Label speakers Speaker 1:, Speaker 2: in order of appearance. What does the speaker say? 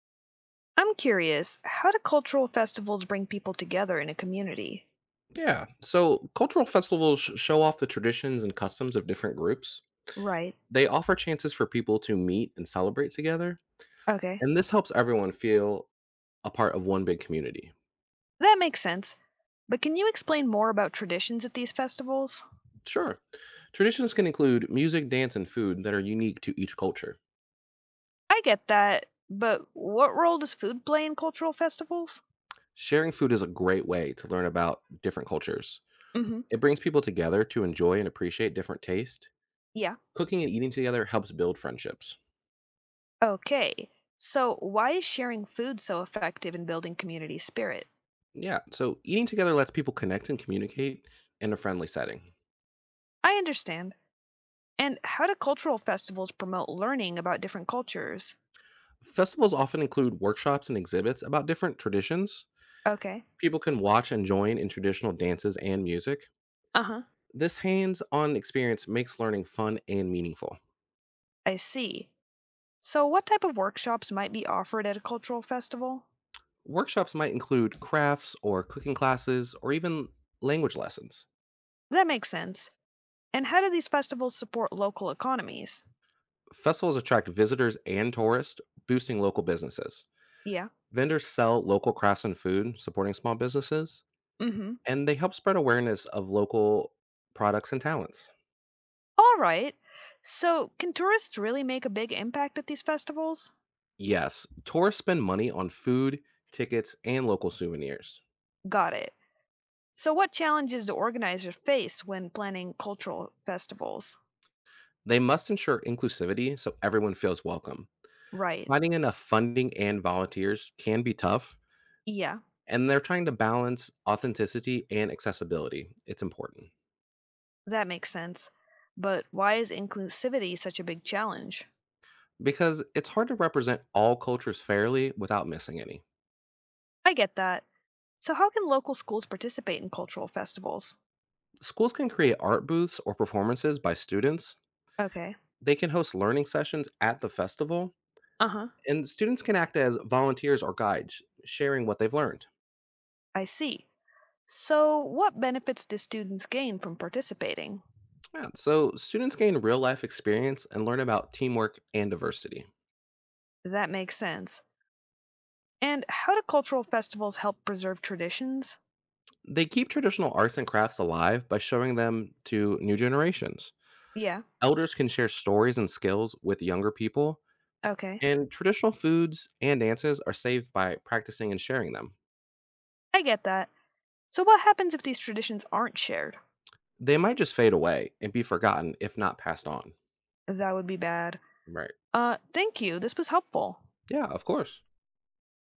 Speaker 1: I'm curious, how do cultural festivals bring people together in a community?
Speaker 2: Yeah. So cultural festivals show off the traditions and customs of different groups.
Speaker 1: Right.
Speaker 2: They offer chances for people to meet and celebrate together,
Speaker 1: Okay.
Speaker 2: and this helps everyone feel a part of one big community.
Speaker 1: That makes sense. But can you explain more about traditions at these festivals?
Speaker 2: Sure. Traditions can include music, dance, and food that are unique to each culture.
Speaker 1: I get that, but what role does food play in cultural festivals?
Speaker 2: Sharing food is a great way to learn about different cultures.
Speaker 1: Mhm.
Speaker 2: It brings people together to enjoy and appreciate different tastes.
Speaker 1: Yeah.
Speaker 2: Cooking and eating together helps build friendships.
Speaker 1: Okay. So, why is sharing food so effective in building community spirit?
Speaker 2: Yeah, so eating together lets people connect and communicate in a friendly setting.
Speaker 1: I understand. And how do cultural festivals promote learning about different cultures?
Speaker 2: Festivals often include workshops and exhibits about different traditions.
Speaker 1: Okay.
Speaker 2: People can watch and join in traditional dances and music.
Speaker 1: Uh-huh.
Speaker 2: This hands on experience makes learning fun and meaningful.
Speaker 1: I see. So, what type of workshops might be offered at a cultural festival?
Speaker 2: Workshops might include crafts or cooking classes or even language lessons.
Speaker 1: That makes sense. And how do these festivals support local economies?
Speaker 2: Festivals attract visitors and tourists, boosting local businesses.
Speaker 1: Yeah.
Speaker 2: Vendors sell local crafts and food, supporting small businesses,
Speaker 1: Mm-hmm.
Speaker 2: and they help spread awareness of local products and talents.
Speaker 1: All right. So, can tourists really make a big impact at these festivals?
Speaker 2: Yes, tourists spend money on food, tickets, and local souvenirs.
Speaker 1: Got it. So, what challenges do organizers face when planning cultural festivals?
Speaker 2: They must ensure inclusivity so everyone feels welcome.
Speaker 1: Right.
Speaker 2: Finding enough funding and volunteers can be tough,
Speaker 1: Yeah,
Speaker 2: and they're trying to balance authenticity and accessibility. It's important
Speaker 1: that makes sense. But why is inclusivity such a big challenge?
Speaker 2: because it's hard to represent all cultures fairly without missing any.
Speaker 1: I get that. So, how can local schools participate in cultural festivals?
Speaker 2: Schools can create art booths or performances by students.
Speaker 1: Okay.
Speaker 2: They can host learning sessions at the festival,
Speaker 1: Uh huh.
Speaker 2: and students can act as volunteers or guides, sharing what they've learned.
Speaker 1: I see. So, what benefits do students gain from participating?
Speaker 2: Yeah, so students gain real life experience and learn about teamwork and diversity.
Speaker 1: That makes sense. And how do cultural festivals help preserve traditions?
Speaker 2: They keep traditional arts and crafts alive by showing them to new generations.
Speaker 1: Yeah,
Speaker 2: Elders can share stories and skills with younger people,
Speaker 1: okay.
Speaker 2: and traditional foods and dances are saved by practicing and sharing them.
Speaker 1: I get that. So, what happens if these traditions aren't shared?
Speaker 2: They might just fade away and be forgotten if not passed on.
Speaker 1: That would be bad.
Speaker 2: Right.
Speaker 1: Thank you. This was helpful.
Speaker 2: Yeah, of course.